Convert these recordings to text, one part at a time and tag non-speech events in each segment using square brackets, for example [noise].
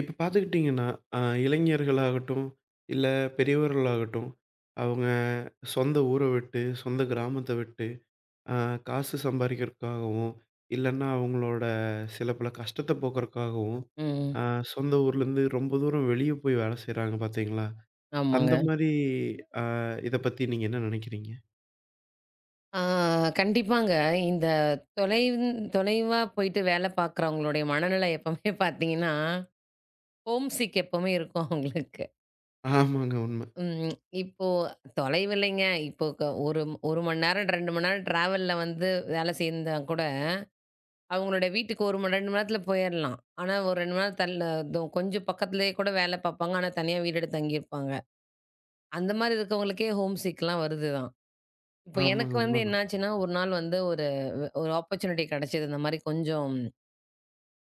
இப்ப பார்த்துக்கிட்டிங்கன்னா, அ இளைஞர்களாகட்டும், இல்ல பெரியவர்களாகட்டும், அவங்க சொந்த ஊர விட்டு, சொந்த கிராமத்த விட்டு, அ காசு சம்பாரிக்கிறதுக்காகவும், இல்லன்னா அவங்களோட சில பல கஷ்டத்த போக்குறதுக்காகவும், ம். அ சொந்த ஊர்லேருந்து ரொம்ப தூரம் வெளிய போய் வேலை செய்றாங்க பார்த்தீங்களா? ஆமாங்க. அந்த மாரி அ இத பத்தி நீங்க என்ன நெனைக்கிறீங்க? ஆ கண்டிப்பாங்க. இந்த தொலைவு தொலைவா போயிட்டு வேலை பார்க்குறவங்களுடைய மனநிலை எப்பவுமே பார்த்தீங்கன்னா, ஹோம் சிக் எப்பவுமே இருக்கும் அவங்களுக்கு. ஆமாங்க உண்ம. ம். இப்போ தொலைவு இல்லைங்க. இப்போ ஒரு 1 மணி நேரம் 2 மணி நேரம் டிராவல்ல வந்து வேலை செய்ந்தா கூட, அவங்களுடைய வீட்டுக்கு 1 மணி 2 மணி நேரத்தில போயிரலாம். ஆனா ஒரு 2 மணி நேரம் தள்ள கொஞ்சம் பக்கத்திலேயே கூட வேலை பார்ப்பாங்க. ஆனா தனியா வீடு எடுத்து தங்கியிருப்பாங்க. அந்த மாரி இருக்கவங்களுக்கே ஹோம் சிக்லாம் வருது தான். இப்போ எனக்கு ஆமாங்க வந்து உண்மதான். என்னாச்சுன்னா, ஒரு நாள் வந்து ஒரு ஒரு ஆப்பர்ச்சுனிட்டி கிடைச்சது. இந்த மாரி கொஞ்சம்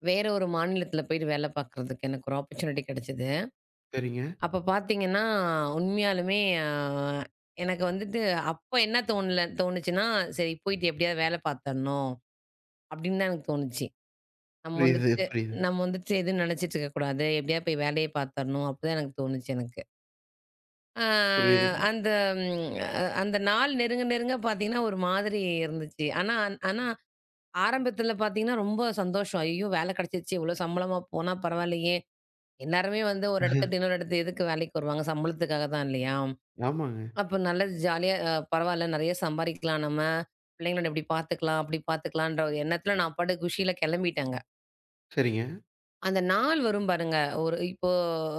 வேற ஒரு மாநிலத்தில போயிட்டு வேல பார்க்குறதுக்கு எனக்கு ஒரு ஆப்பர்ச்சுனிட்டி கிடைச்சது. சரிங்க. அப்ப பார்த்தீங்கன்னா, உண்மையாலுமே எனக்கு வந்துட்டு அப்ப என்ன தோணுச்சுன்னா, "சரி போயிட்டு எப்படியாவது வேல பார்த்தரணும்." அப்படின்னு தான் எனக்கு தோணுச்சு. நம்ம புரியுது, வந்துட்டு புரியுது. நம்ம வந்துட்டு எதுவும் நெனச்சிட்டு இருக்கக்கூடாது. எப்படியாவது போய் வேலைய பார்த்தரணும் அப்படிதான் எனக்கு தோணுச்சு எனக்கு. அ புரியுதுங்க. அந்த ம் அந்த நாள் நெருங்க நெருங்க பார்த்தீங்கன்னா, ஒரு மாதிரி இருந்துச்சு. ஆனா ஆனா ஆரம்பத்துல பார்த்தீங்கன்னா, ரொம்ப சந்தோஷம். ஐயோ! வேலை கிடைச்சிருச்சு. இவ்வளோ சம்பளமா போனா பரவாயில்லையே! எல்லாருமே வந்து ஒரு இடத்த விட்டு இன்னொரு இடத்துக்கு எதுக்கு வேலைக்கு வருவாங்க? சம்பளத்துக்காக தான் இல்லையா? ஆமாங்க. அப்ப நல்லா ஜாலியா பரவால்ல நெறைய சம்பாரிக்கலாம் நம்ம. பிள்ளைங்கள இப்படி பார்த்துக்கலாம், அப்படி பார்த்துக்கலான்ற ஒரு எண்ணத்துல நான் பாட்டுக்கு குஷியில கெளம்பிட்டேங்க. சரிங்க. அந்த நாள் வரும் பாருங்க. ஒரு இப்போ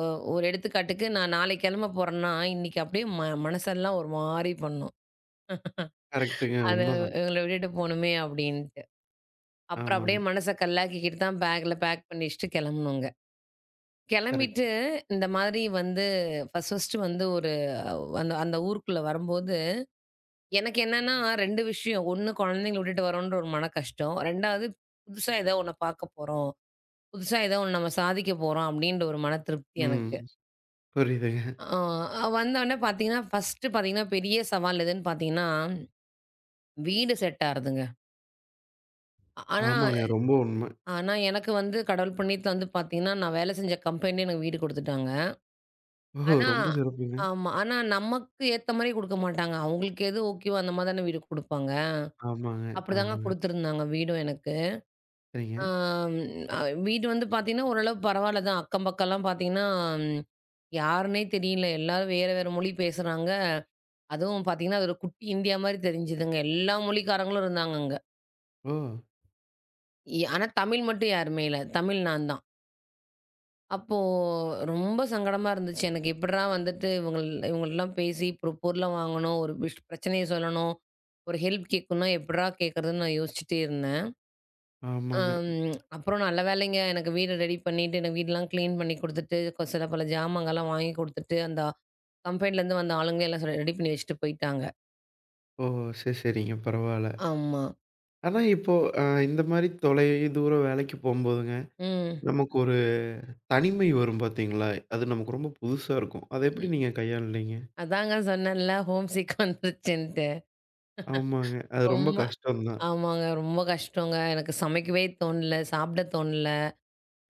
அ ஒரு எடுத்துக்காட்டுக்கு நான் நாளைக்கு கெளம்ப போறேன்னா, இன்னைக்கு அப்படியே மனசெல்லாம் ஒரு மாரி பண்ணும். கரெக்ட்டுங்க. அத உண்மதான். இவங்கள விட்டுட்டு போணுமே அப்படின்ட்டு. அப்புறம் அப்படியே ஆமாங்க. மனச கல்லாக்கிக்கிட்டு தான் பேக் பண்ணி வச்சுட்டு கெளம்பணுங்க. கெளம்பிட்டு கரெக்ட். இந்த மாதிரி வந்து ஃபர்ஸ்ட்டு வந்து ஒரு அந்த அந்த ஊருக்குள்ள வரும்போது, எனக்கு என்னன்னா 2 விஷயம். 1 குழந்தைங்கள விட்டுட்டு வரோன்ற ஒரு மன கஷ்டம். 2வது புதுசா ஏதோ ஒண்ண பார்க்க போறோம். புதுசா ஏதோ ஒண்ணு நம்ம சாதிக்க போறோம் அப்படின்ற ஒரு மன திருப்தி ம். எனக்கு. புரியுதுங்க. வந்தோனே பார்த்தீங்கன்னா, ஃபர்ஸ்ட்டு பார்த்தீங்கன்னா, பெரிய சவால் எதுன்னு பார்த்தீங்கன்னா, வீடு செட் ஆறதுங்க. ஆனா ஆமாங்க. ரொம்ப உண்ம. ஆனா எனக்கு வந்து கடவுள் புண்ணியத்துல வந்து பார்த்தீங்கன்னா, நான் வேலை செஞ்ச கம்பெனிலே எனக்கு வீடு குடுத்துட்டாங்க. ஓஹோ! ஆனா ரொம்ப சிறப்புங்க. ஆமா. ஆனா நமக்கு ஏத்த மாரி குடுக்க மாட்டாங்க. அவங்களுக்கு எது ஓகேவோ அந்த மாரி தானே வீடு குடுப்பாங்க. ஆமாங்க, அப்படிதாங்க ஆமாங்க. குடுத்துருந்தாங்க வீடும் எனக்கு. சரிங்க. ஆம் அ வீடு வந்து பார்த்தீங்கன்னா, ஓரளவு பரவாயில்ல தான். அக்கம் பக்கம்லாம் பார்த்தீங்கன்னா, யாருன்னே தெரியல. எல்லாரும் வேற வேற மொழி பேசுறாங்க. அதுவும் பார்த்தீங்கன்னா, அது ஒரு குட்டி இந்தியா மாரி தெரிஞ்சுதுங்க. எல்லா மொழிக்காரங்களும் இருந்தாங்க அங்க. ஓ! ஆனா தமிழ் மட்டும் யாருமே இல்ல. தமிழ் நான் தான். அப்போ ரொம்ப சங்கடமா இருந்துச்சு. எனக்கு எப்பிட்றா வந்துட்டு இவுங்கள்ட்டலாம் பேசி ஒரு பொருள வாங்கணும், ஒரு பிரச்சனைய சொல்லணும், ஒரு ஹெல்ப் கேட்கணும்னா எப்பிட்றா கேட்கறதுன்னு நான் யோசிச்சுட்டே இருந்தேன். ஆமாங்க. அப்புறம் நல்ல வேலைங்க எனக்கு வீட ரெடி பண்ணிட்டு, எனக்கு வீடெல்லாம் கிளீன் பண்ணி குடுத்துட்டு, சில பல ஜாமாங்கள்லாம் வாங்கி குடுத்துட்டு, அந்த கம்பெனிலேருந்து வந்த ஆளுங்களே எல்லாம் ரெடி பண்ணி வச்சுட்டு போயிட்டாங்க. ஓ! சரி, சரிங்க. பரவால்ல. ஆமா. ஆனா இப்போ இந்த மாரி தொலை தூர வேலைக்கு போம்போதுங்க, ம். நமக்கு ஒரு தனிமை வரும் பார்த்தீங்களா? அது நமக்கு ரொம்ப புதுசா இருக்கும். அத எப்படி ம். நீங்க கையாண்டீங்க? அதாங்க சொன்னேன்ல ஹோம் சிக் வந்துருச்சுன்ட்டு. ஆமாங்க. அது ரொம்ப ரொம்ப கஷ்டம் தான். ஆமாங்க. ரொம்ப கஷ்டங்க. எனக்கு சமைக்கவே தோணல. சாப்பிட தோணல.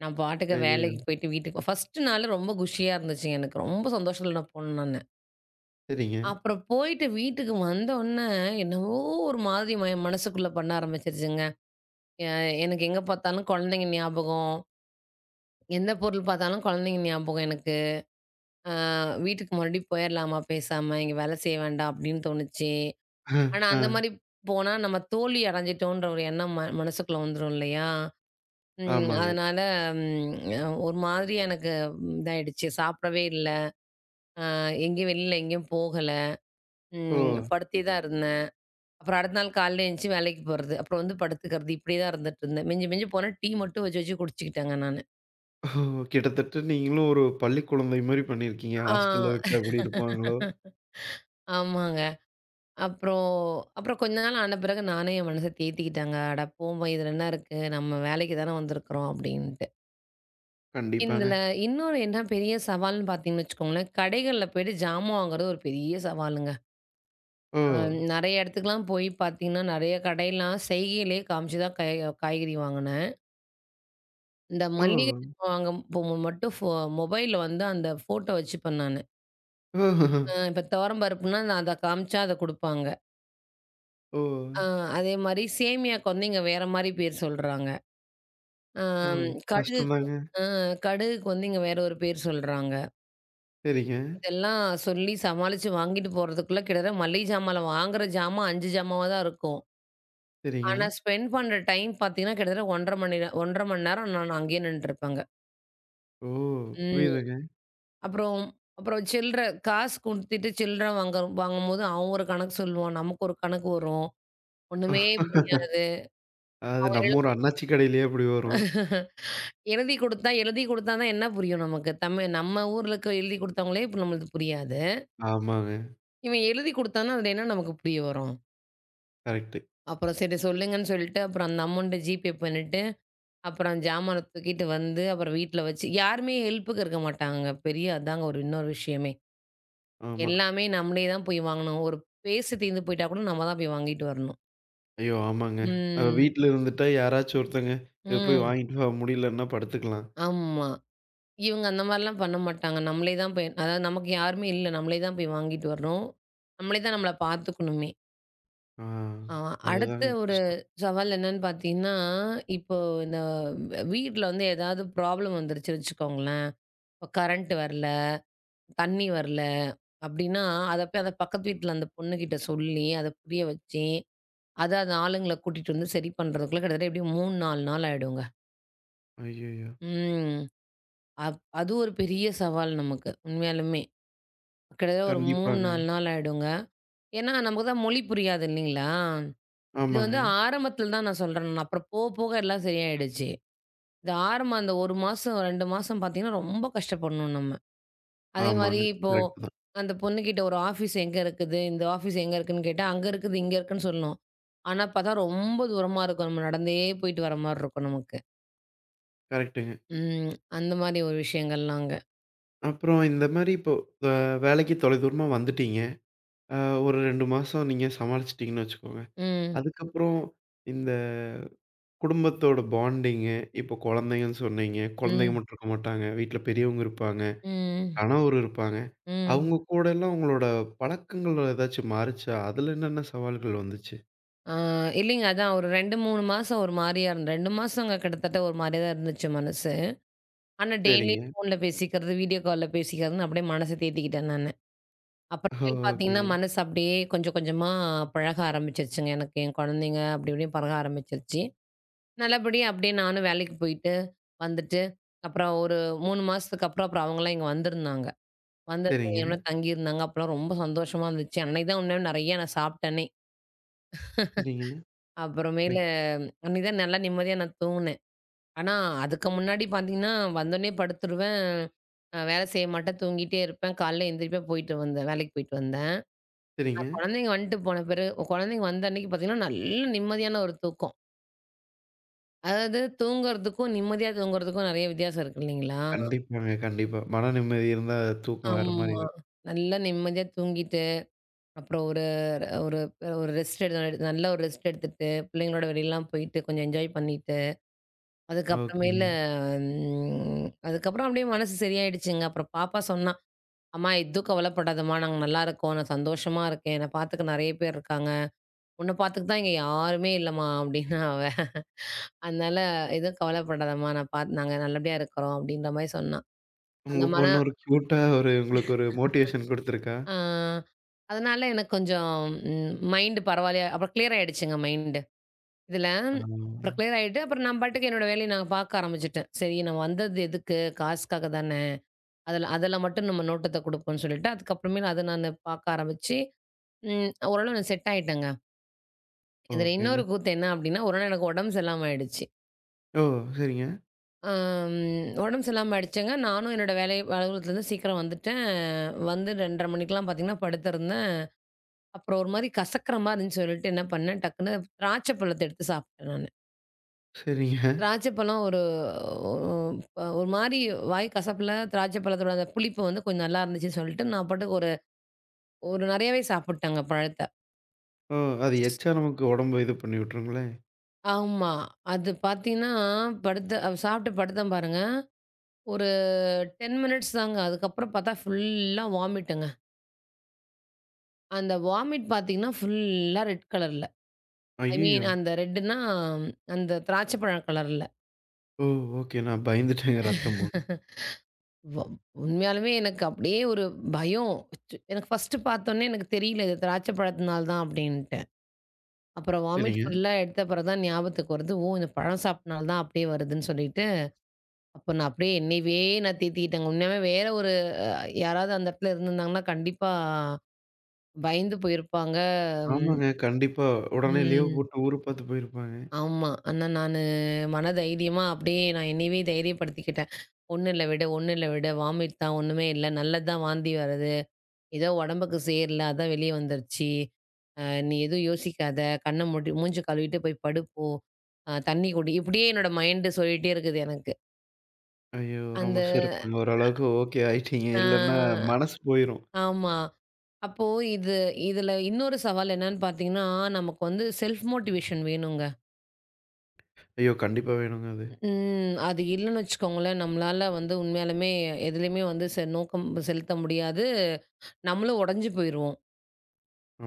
நான் பாட்டுக்கு ஐயய்யோ! வேலைக்கு போயிட்டு வீட்டுக்கு ஃபர்ஸ்ட்டு நாளு ரொம்ப குஷியா இருந்துச்சுங்க எனக்கு. ரொம்ப சந்தோஷத்துல நான் போனேன் நானு. சரிங்க. அப்புறம் போயிட்டு வீட்டுக்கு வந்தவுடனே, என்னவோ ஒரு மாதிரி மனசுக்குள்ள பண்ண ஆரம்பிச்சிருச்சுங்க. எ எனக்கு எங்க பார்த்தாலும் குழந்தைங்க ஞாபகம். எந்த பொருள் பார்த்தாலும் குழந்தைங்க ஞாபகம் எனக்கு. அ வீட்டுக்கு மறுபடியும் போயிரலாமா பேசாம? இங்க வேலை செய்ய வேண்டாம் அப்படின்னு தோணுச்சு. அ, ஆனா அந்த அ. மாரி போனா நம்ம தோல்வி அடைஞ்சிட்டோன்ற ஒரு எண்ணம் மனசுக்குள்ள வந்துரும் இல்லையா? ம். ஆமாங்க. அதனால ஒரு மாதிரியா எனக்கு இதாயிடுச்சு. சாப்பிடவே இல்ல. அ எங்கேயும் வெளியில எங்கேயும் போகல. ஓ! படுத்தே தான் இருந்தேன். அப்புறம் அடுத்த நாள் காலையில எந்திச்சு வேலைக்கு போறது. அப்புறம் வந்து படுத்துக்கிறது. இப்படியே தான் இருந்துட்டுருந்தேன். மிஞ்சி மிஞ்சி போனா டீ மட்டும் வச்சு வச்சு குடிச்சுக்கிட்டேங்க நானு. ஓ! கிட்டத்தட்ட நீங்களும் ஒரு பள்ளி குழந்தை மாரி பண்ணியிருக்கீங்க. ஆ ஹாஸ்டல விட்டு அப்படி இருப்பாங்களோ? ஆமாங்க. அப்புறம் அப்புறம் கொஞ்ச நாள் ஆன பிறகு நானே என் மனச தேத்திக்கிட்டேங்க. அட போம்மா இதுல என்ன இருக்கு? நம்ம வேலைக்கு தானே வந்திருக்கிறோம் அப்படின்ட்டு. கண்டிப்பாங்க. இதுல இன்னொரு என்ன பெரிய சவால்ன்னு பார்த்தீங்கன்னு வச்சுக்கோங்களேன், கடைகள்ல போயிட்டு ஜாமான் வாங்குறது ஒரு பெரிய சவாலுங்க. ஓ! அ நெறைய இடத்துக்குலாம் போய் பார்த்தீங்கன்னா, நெறைய கடையெல்லாம் செய்கையிலேயே காமிச்சு தான் காய்கறி வாங்குனேன். இந்த ஓ! மல்லிகை ஜாமான் வாங்க போக மட்டும் மொபைல்ல வந்து அந்த ஃபோட்டோ வச்சுப்பேன் நானு. ஓ! இப்ப துவரம் பருப்புனா நான் அத காமிச்சா அத குடுப்பாங்க. ஓ! அ அதேமாரி சேமியாவுக்கு வந்து இங்க வேற மாரி பேர் சொல்றாங்க. ஓ! அம் கடுகு கஷ்டம்தாங்க. அ கடுகுக்கு வந்து இங்க வேற ஒரு பேர் சொல்றாங்க. சரிங்க, இதெல்லாம் சொல்லி சமாளிச்சு வாங்கிட்டு போறதுக்குள்ள கிட்டத்தட்ட மல்லிகை ஜாமான்ல வாங்குற ஜாமான் 5 ஜாமாவா தான் இருக்கும். சரிங்க. ஆனா, ஸ்பெண்ட் பண்ற டைம் பார்த்தீங்கன்னா, கிட்டத்தட்ட 1 1/2 மணி நேரம் நான் அங்கேயே நின்னுட்டுருப்பேங்க. ஓ! ம். புரியுதுங்க. அப்புறம் அப்புறம் சில்லற காசு குடுத்துட்டு சில்லற வாங்கும்போது, அவன் ஒரு கணக்கு சொல்லுவான். நமக்கு ஒரு கணக்கு வரும். ஒண்ணுமே புரியாது. அது அவன் நம்ம ஊர் அண்ணாச்சி கடையிலயே அப்படி வரும். எழுதி குடுத்தா எழுதி குடுத்தா தான் என்ன புரியும் நமக்கு? தமிழ் நம்ம ஊர்ல இருக்க எழுதி குடுத்தவங்களே இப்ப நம்மளுக்கு புரியாது. ஆமாங்க. இவன் எழுதி குடுத்தான்னா, அதில என்ன நமக்கு புரிய வரும்? கரெக்ட்டு. அப்புறம் சரி சொல்லுங்கன்னு சொல்லிட்டு, அப்புறம் அந்த அமௌண்ட்ட ஜிபே பண்ணிட்டு அப்புறம் ஜாமான தூக்கிட்டு வந்து, அப்புறம் வீட்ல வச்சு யாருமே ஹெல்ப்புக்கு இருக்க மாட்டாங்க. அதாங்க ஒரு இன்னொரு விஷயமே. ஆமா. எல்லாமே நம்மளே தான் போய் வாங்கணும். ஒரு பேஸ்ட் தீர்ந்து போயிட்டா கூட நம்ம தான் போய் வாங்கிட்டு வரணும். ஐயோ! ஆமாங்க. அது வீட்ல ம். இருந்துட்டா யாராச்சும் ஒருத்தங்க இத போய் ம். வாங்கிட்டு வா முடியலன்னா படுத்துக்கலாம். ஆமா. இவங்க அந்த மாரிலாம் பண்ண மாட்டாங்க. நம்மளே தான் போய் அதாவது நமக்கு யாருமே இல்ல. நம்மளே தான் போய் வாங்கிட்டு வரணும். நம்மளே தான் நம்மள பார்த்துக்கணுமே. ஆ ஆ அடுத்த அதுதாங்க ஒரு கஷ்டம். சவால் என்னன்னு பார்த்தீங்கன்னா, இப்போ இந்த வீட்ல வந்து ஏதாவது ப்ராப்ளம் வந்துருச்சுன்னு வச்சுக்கோங்களேன். இப்போ கரண்ட் வரல. தண்ணி வரல அப்படின்னா, அத போய் அத பக்கத்து வீட்ல அந்த பொண்ணுகிட்ட சொல்லி, அத புரிய வச்சு, அத அந்த ஆளுங்கள கூட்டிட்டு வந்து சரி பண்றதுக்குள்ள கிட்டத்தட்ட எப்படியும் 3, 4 நாள் ஆயிடுங்க. ஐய்யயோ! ம். அது ஒரு பெரிய சவால் நமக்கு. உண்மையாலுமே. கிட்டத்தட்ட ஒரு 3, கண்டிப்பாங்க. 4 நாள் ஆயிடுங்க. ஏன்னா, நமக்கு தான் மொழி புரியாது இல்லைங்களா? இது ஆமாங்க, வந்து ஆரம்பத்துல தான் நான் சொல்றேன் நான். அப்புறம் போக, போக எல்லாம் சரியாயிடுச்சு. இது ஆரம்பம் அந்த 1 மாசம், 2 மாசம் பார்த்தீங்கன்னா, ரொம்ப கஷ்டப்படணும் நம்ம. அதே மாரி ஆமாங்க. இப்போ கரெக்ட்டு தான். அந்த பொண்ணுகிட்ட ஒரு ஆஃபீஸ் எங்க இருக்குது? இந்த ஆஃபீஸ் எங்க இருக்குன்னு கேட்டா, அங்க இருக்குது, இங்க இருக்குன்னு சொல்லும். ஆனா பார்த்தா ரொம்ப தூரமா இருக்கும். நம்ம நடந்தே போயிட்டு வர மாரி இருக்கும் நமக்கு. கரெக்ட்டுங்க. ம். அந்த மாரி ஒரு விஷயங்கள்லாம் அங்க. அப்புறம் இந்த மாரி இப்போ அ வேலைக்கு தொலைதூரமா வந்துட்டீங்க. அ ஒரு 2 மாசம் நீங்க சமாளிச்சுட்டீங்கன்னு வச்சுக்கோங்க. ம். அதுக்கப்புறம் இந்த குடும்பத்தோட பாண்டிங்கு, இப்போ குழந்தைங்கன்னு சொன்னீங்க. குழந்தைங்க ம். மட்டும் இருக்க மாட்டாங்க. வீட்ல பெரியவங்க இருப்பாங்க. ம். கணவர் இருப்பாங்க. ம். அவங்க கூடலாம் உங்களோட பழக்கங்கள் ஏதாச்சும் மாறுச்சா? அதுல என்னென்ன சவால்கள் வந்துச்சு? ஆ இல்லைங்க. அதான் ஒரு 2, 3 மாசம் ஒரு மாரியா இருந்த 2 மாசங்க கிட்டத்தட்ட ஒரு மாரியா தான் இருந்துச்சு மனசு. ஆனா சரிங்க. டெய்லியும் ஃபோன்ல பேசிக்கிறது, வீடியோ கால்ல பேசிக்கிறதுன்னு அப்படியே மனச தேத்திக்கிட்டேன் நானு. ஓ! அப்புறமேல் பார்த்தீங்கன்னா, ஓகேங்க. மனசு அப்படியே கொஞ்சம் கொஞ்சமா பழக ஆரம்பிச்சுருச்சுங்க எனக்கு. என் குழந்தைங்க அப்படி இப்படின்னு பழக ஆரம்பிச்சுருச்சு. நல்லபடியா அப்படியே நானும் வேலைக்கு போயிட்டு, வந்துட்டு, அப்புறம் ஒரு 3 மாசத்துக்கு அப்புறம், அவங்கலாம் இங்க வந்திருந்தாங்க. வந்து சரிங்க, என்னோட தங்கியிருந்தாங்க. அப்பலாம் ரொம்ப சந்தோஷமா இருந்துச்சு. அன்னைக்கு தான் உண்மையிலே நெறையா நான் சாப்பிட்டேனே. சரிங்க. அப்புறமேலு ரைட். அன்னைக்கு தான் நல்லா நிம்மதியா நான் தூங்குனேன். ஆனா, அதுக்கு முன்னாடி பார்த்தீங்கன்னா, வந்தோனே படுத்துருவேன். வேலை செய்ய மாட்டேன். தூங்கிட்டே இருப்பேன். காலைல எந்திரிப்பேன். போயிட்டு வந்தேன். வேலைக்கு போயிட்டு வந்தேன். சரிங்க. குழந்தைங்க வந்துட்டு போன பிறகு குழந்தைங்க வந்த அன்னைக்கு பார்த்தீங்கன்னா, நல்ல நிம்மதியான ஒரு தூக்கம். அதாவது தூங்குறதுக்கும், நிம்மதியா தூங்குறதுக்கும் நெறைய வித்தியாசம் இருக்கு இல்லைங்களா? கண்டிப்பாங்க, கண்டிப்பா. மன நிம்மதி இருந்தா தூக்கம் வேற மாரி ஆமா. இருக்கும். நல்லா நிம்மதியா தூங்கிட்டு, அப்புறம் ஒரு ஒரு ஒரு ரெஸ்ட் எடு நல்ல ஒரு ரெஸ்ட் எடுத்துட்டு, பிள்ளைங்களோட வெளியலாம் போயிட்டு கொஞ்சம் என்ஜாய் பண்ணிட்டு, அதுக்கப்புறமேல ஓகேங்க. ம் அதுக்கப்புறம் அப்படியே மனசு சரியாயிடுச்சுங்க. அப்புறம் பாப்பா சொன்னா, "அம்மா எதுவும் கவலைப்படாதம்மா. நாங்க நல்லாருக்கோம். நான் சந்தோஷமா இருக்கேன். என்ன பார்த்துக்க நெறைய பேர் இருக்காங்க. உன்ன பார்த்துக்க தான் இங்க யாருமே இல்லம்மா" அப்படின்னா அவ. அதனால எதுவும் கவலைப்படாதம்மா! நான் பாத் நாங்க நல்லபடியா இருக்கிறோம் அப்படின்ற மாரி சொன்னா. உங்க அந்த மன பொண்ணு ஒரு கியூட்டா ஒரு உங்களுக்கு ஒரு மோட்டிவேஷன் குடுத்துருக்கா? ஆ அதனால எனக்கு கொஞ்சம் மைண்ட் பரவாயில்லையா அப்புறம் கிளியர் ஆயிடுச்சுங்க மைண்டு. இதுல ஆ. அப்புறம் கிளியர் ஆயிட்டு அப்புறம் நான் பாட்டுக்கு என்னோட வேலைய நான் பார்க்க ஆரம்பிச்சுட்டேன். சரி நம்ம வந்தது எதுக்கு? காசுக்காக தானே! அதுல அதுல மட்டும் நம்ம நோட்டத்த குடுப்போம்ன்னு சொல்லிட்டு, அதுக்கப்புறமேல் அத நானு பார்க்க ஆரம்பிச்சு, ஓரளவு நான் செட் ஆயிட்டேங்க. இதுல ஓகேங்க. இன்னொரு கூத்து என்ன அப்படின்னா, ஒரு நாள் எனக்கு உடம்பு சரியில்லாம ஆயிடுச்சு. ஓ! சரிங்க, அம் உடம்பு சரியில்லாம ஆயிடுச்சுங்க. நானும் என்னோட வேலை அலுவலகத்துலருந்து சீக்கிரம் வந்துட்டேன். வந்து 2:30 மணிக்கெல்லாம் பார்த்தீங்கன்னா படுத்திருந்தேன். அப்புறம் ஒரு மாரி கசக்கிற மாரி இருந்துச்சுன்னு சொல்லிட்டு என்ன பண்ணேன், டக்குனு திராட்சை பழத்த எடுத்து சாப்பிட்டேன் நானு. சரிங்க. திராட்சை பழம் ஒரு ஒரு மாரி வாய் கசப்புல திராட்சை பழத்தோட அந்த புளிப்பு வந்து கொஞ்சம் நல்லா இருந்துச்சுன்னு சொல்லிட்டு, நான் பாட்டுக்கு ஒரு ஒரு நெறையாவே சாப்பிட்டேங்க பழத்த. ஓ! அது எச்சா நமக்கு உடம்ப இது பண்ணி விட்டுருங்களே! ஆமா. அது பார்த்தீங்கன்னா, படுத்த சாப்பிட்டு படுத்தேன் பாருங்க. ஒரு 10 மினிட்ஸ் தாங்க. அதுக்கப்புறம் பார்த்தா ஃபுல்லா வாமிட்டுங்க. அந்த வாமிட் பார்த்தீங்கன்னா, ஃபுல்லா ரெட் கலர்ல. ஐ மீன் ஐயய்யோ! அந்த ரெட்‌டுன்னா, அந்த திராட்சை பழம் கலர்ல. ஓ! ஓகே. நான் பயந்துட்டேங்க ரத்தம் போடும். வ உண்மையாலுமே எனக்கு அப்படியே ஒரு பயம். எனக்கு ஃபர்ஸ்ட்டு பார்த்தோனே எனக்கு தெரியல, இது திராட்சை பழத்தினால தான் அப்படின்ட்டு. அப்புறம் வாமிட் சரிங்க. ஃபுல்லா எடுத்த பிறகு தான் ஞாபகத்துக்கு வருது. ஓ! இந்த பழம் சாப்பிட்டனால தான் அப்படியே வருதுன்னு சொல்லிட்டு, அப்போ நான் அப்படியே என்னையவே நான் தேத்திக்கிட்டேங்க. உண்மையாவே வேற ஒரு யாராவது அந்த இடத்துல இருந்திருந்தாங்கன்னா, கண்டிப்பா பயந்து போயிருப்பாங்க. ம். ஆமாங்க. கண்டிப்பா. உடனே லீவ் ம். போட்டு ஊர பார்த்து போயிருப்பாங்க. ஆமா. ஆனா நானு மன தைரியமா அப்படியே நான் என்னையவே தைரியப்படுத்திக்கிட்டேன். "ஒண்ணும் இல்ல விடு, ஒண்ணும் இல்ல விடு. வாமிட் தான், ஒண்ணுமே இல்ல. நல்லது தான் வாந்தி வரது. ஏதோ உடம்புக்கு சேரல, அதான் வெளிய வந்துருச்சு. அ நீ எதுவும் யோசிக்காத. கண்ண மூடி மூஞ்ச கழுவிட்டு போய் படு போ. தண்ணி குடி." இப்படியே என்னோட மைண்டு சொல்லிட்டே இருக்குது எனக்கு. ஐயோ! ரொம்ப அந்த சிறப்புங்க. ஓரளவுக்கு ஓகே ஆயிட்டீங்க. இல்லன்னா அ மனசு போயிரும். ஆமா. அப்போ இது இதுல இன்னொரு சவால் என்னன்னு பார்த்தீங்கன்னா, நமக்கு வந்து செல்ஃப் மோட்டிவேஷன் வேணுங்க. ஐயோ! கண்டிப்பா வேணுங்க அது. ம். அது இல்லன்னு வச்சுக்கோங்களேன், நம்மளால வந்து உண்மையாலுமே எதுலயுமே வந்து நோக்கம் செலுத்த முடியாது. நம்மளும் உடைஞ்சு போயிருவோம்.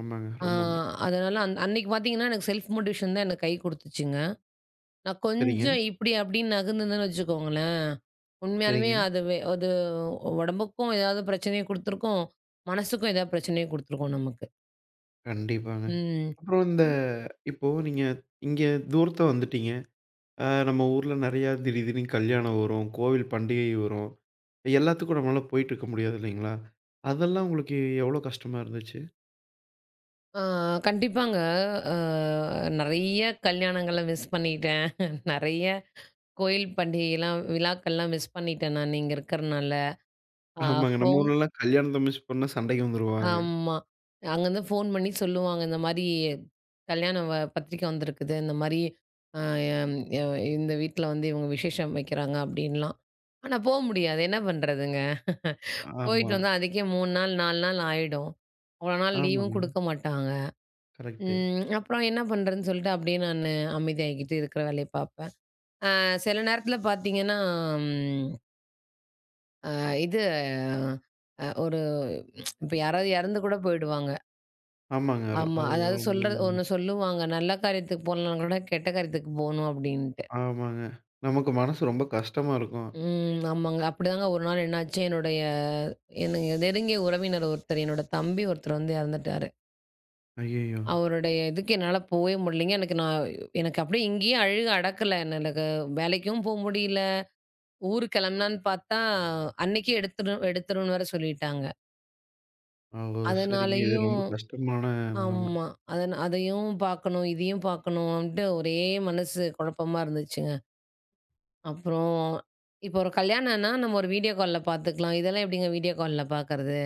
ஆமாங்க. ஆ ரொம்ப உண்ம. அதனால அன்னைக்கு பார்த்தீங்கன்னா, எனக்கு செல்ஃப் மோட்டிவேஷன் தான் எனக்கு கை குடுத்துச்சுங்க. நான் சரிங்க, கொஞ்சம் இப்படி அப்படின்னு நகர்ந்திருந்தேன்னு வச்சுக்கோங்களேன், உண்மையாலுமே சரிங்க. அது அது உடம்புக்கும் ஏதாவது பிரச்சனைய குடுத்துருக்கும், மனசுக்கும் ஏதாவது பிரச்சனைய குடுத்துருக்கும் நமக்கு. கண்டிப்பாங்க. ம். அப்புறம் இந்த ம். இப்போ நீங்க இங்க தூரத்த வந்துட்டீங்க. நம்ம ஊர்ல நெறையா திடீதிடீர்னு கல்யாணம் வரும், கோவில் பண்டிகை வரும். எல்லாத்துக்கும் நம்மளால போயிட்டுருக்க முடியாது இல்லைங்களா? அதெல்லாம் உங்களுக்கு எவ்வளோ கஷ்டமா இருந்துச்சு? ஆ கண்டிப்பாங்க. அ நெறைய கல்யாணங்கள மிஸ் பண்ணிட்டேன். [laughs] நெறைய கோயில் பண்டிகைலாம், விழாக்கள்லாம் மிஸ் பண்ணிட்டேன் நான் இங்க இருக்கிறனால. ஆ ஆமாங்க. நம்ம ஃபோன் ஊர்லலாம் கல்யாணத்த மிஸ் பண்ணா சண்டைக்கு வந்துருவாங்க. ஆமா. அங்கருந்து ஃபோன் பண்ணி சொல்லுவாங்க. இந்த மாரி கல்யாண பத்திரிக்கை வந்திருக்குது. இந்த மாரி அ எம் எ இந்த வீட்ல வந்து இவங்க விசேஷம் வைக்கிறாங்க அப்டின்லாம். ஆனா போ முடியாது. என்ன பண்றதுங்க? ஆமா. போயிட்டு வந்தா அதுக்கே 3 நாள், 4 நாள் ஆயிடும். அவ்வளோ நாள் லீவும் ஆமாங்க. குடுக்க மாட்டாங்க. கரெக்ட்டு. அப்புறம் என்ன பண்றதுன்னு சொல்லிட்டு அப்டியே நானு அமைதியாகிக்கிட்டு இருக்கிற வேலைய பார்ப்பேன். சில நேரத்தில பார்த்தீங்கன்னா, ம் அ இது அ ஒரு இப்ப யாராவது இறந்து கூட போயிடுவாங்க. ஆமாங்க. ரொ ஆமா. அது அதாவது ரொம்ப சொல்றது உண்ம. ஒண்ணு சொல்லுவாங்க. நல்ல காரியத்துக்கு போலனா கூட கெட்ட காரியத்துக்கு போணும் அப்டின்ட்டு. ஆமாங்க. நமக்கு மனசு ரொம்ப கஷ்டமா இருக்கும். ம். ஆமாங்க. அப்படிதாங்க ஒரு நாள் என்னாச்சு, எனக்கு நெருங்கிய உறவினர் ஒருத்தர், என்னோட தம்பி ஒருத்தர் வந்து இறந்துட்டாரு. ஐயய்யோ! அவருடைய இதுக்கு என்னால போவே முடியலங்க. எனக்கு அப்படியே இங்கேயே அழுக அடக்கல. எனக்கு வேலைக்கும் போ முடியல. ஊருக்கு கிளம்பலான்னு பார்த்தா, அன்னைக்கே எடுத்துரு எடுத்துருன்னு வேற சொல்லிட்டாங்க. ஓ! சரிங்க. இது ரொம்ப அதனாலயும் கஷ்டமான நிலைம. ஆமா. அதையும் பார்க்கணும், இதையும் பார்க்கணுன்ட்டு ஒரே மனசு குழப்பமா இருந்துச்சுங்க. அப்புறம் இப்போ ஒரு கல்யாணம்னா, நம்ம ஒரு வீடியோ கால்ல பார்த்துக்கலாம். இதெல்லாம் எப்படிங்க வீடியோ கால்ல பார்க்கறது?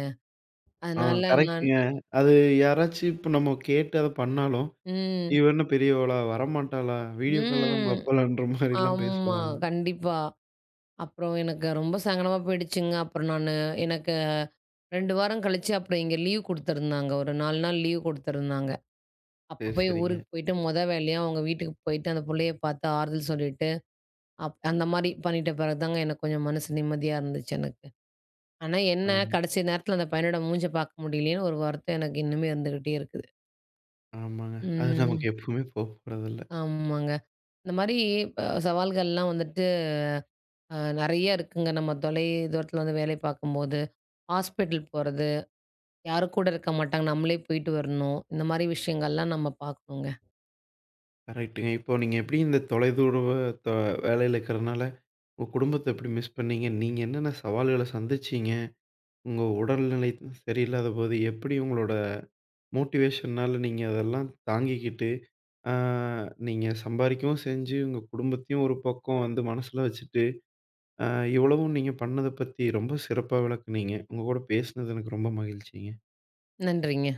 ஆ அதனால நான் கரெக்ட்டுங்க. அது யாராச்சும் இப்ப நம்ம கேட்டு அத பண்ணாலும் ம், இவ என்ன பெரியவளா? வரமாட்டாளா? வீடியோ கால்ல தான் ம். பாப்பாளான்ற மாரிலாம் ஆமா, பேசுவாங்க. கண்டிப்பா. அப்புறம் எனக்கு ரொம்ப சங்கடமா போயிடுச்சுங்க. அப்புறம் எனக்கு 2 வாரம் கழிச்சு அப்புறம் இங்க லீவ் குடுத்துருந்தாங்க. ஒரு 4 நாள் லீவ் குடுத்துருந்தாங்க. சரி, அப்ப போய் சரிங்க. ஊருக்கு போயிட்டு வேலையா அவங்க வீட்டுக்கு போயிட்டு அந்த புள்ளைய பார்த்து ஆறுதல் சொல்லிட்டு அந்த மாரி பண்ணிட்ட பிறகு தாங்க எனக்கு கொஞ்சம் மனசு நிம்மதியா இருந்துச்சு எனக்கு. ஆனா என்ன ஆமா. கடைசி நேரத்துல அந்த பையனோட மூஞ்ச பார்க்க முடியலையேன்னு ஒரு வருத்தம் எனக்கு இன்னுமே இருந்துகிட்டே இருக்குது. ஆமாங்க. அது ம். நமக்கு எப்பவுமே போ போறதில்ல. ஆமாங்க. இந்த மாரி சவால்கள்லாம் வந்துட்டு நெறைய இருக்குங்க. நம்ம தூரத்துல வந்து வேலை பார்க்கும்போது, ஹாஸ்பிட்டல் போறது, யாரும் கூட இருக்க மாட்டாங்க. நம்மளே போயிட்டு வரணும். இந்த மாரி விஷயங்கள்லாம் நம்ம பார்க்கணுங்க. கரெக்ட்டுங்க. இப்போ நீங்க எப்படி இந்த தொலைதூரவ த வேலையில இருக்கிறனால, உங்க குடும்பத்த எப்படி மிஸ் பண்ணீங்க? நீங்க என்னென்ன சவால்கள சந்திச்சீங்க? உங்க உடல்நிலை சரியில்லாத போது, எப்படி உங்களோட மோட்டிவேஷன்னால நீங்க அதெல்லாம் தாங்கிக்கிட்டு, ஆ நீங்க சம்பாரிக்கவும் செஞ்சு, உங்க குடும்பத்தையும் ஒரு பக்கம் வந்து மனசுல வச்சுட்டு அ இவ்வளவும் நீங்க பண்ணத பத்தி ரொம்ப சிறப்பா விளக்குனீங்க. உங்க கூட பேசினது எனக்கு ரொம்ப மகிழ்ச்சிங்க. நன்றிங்க.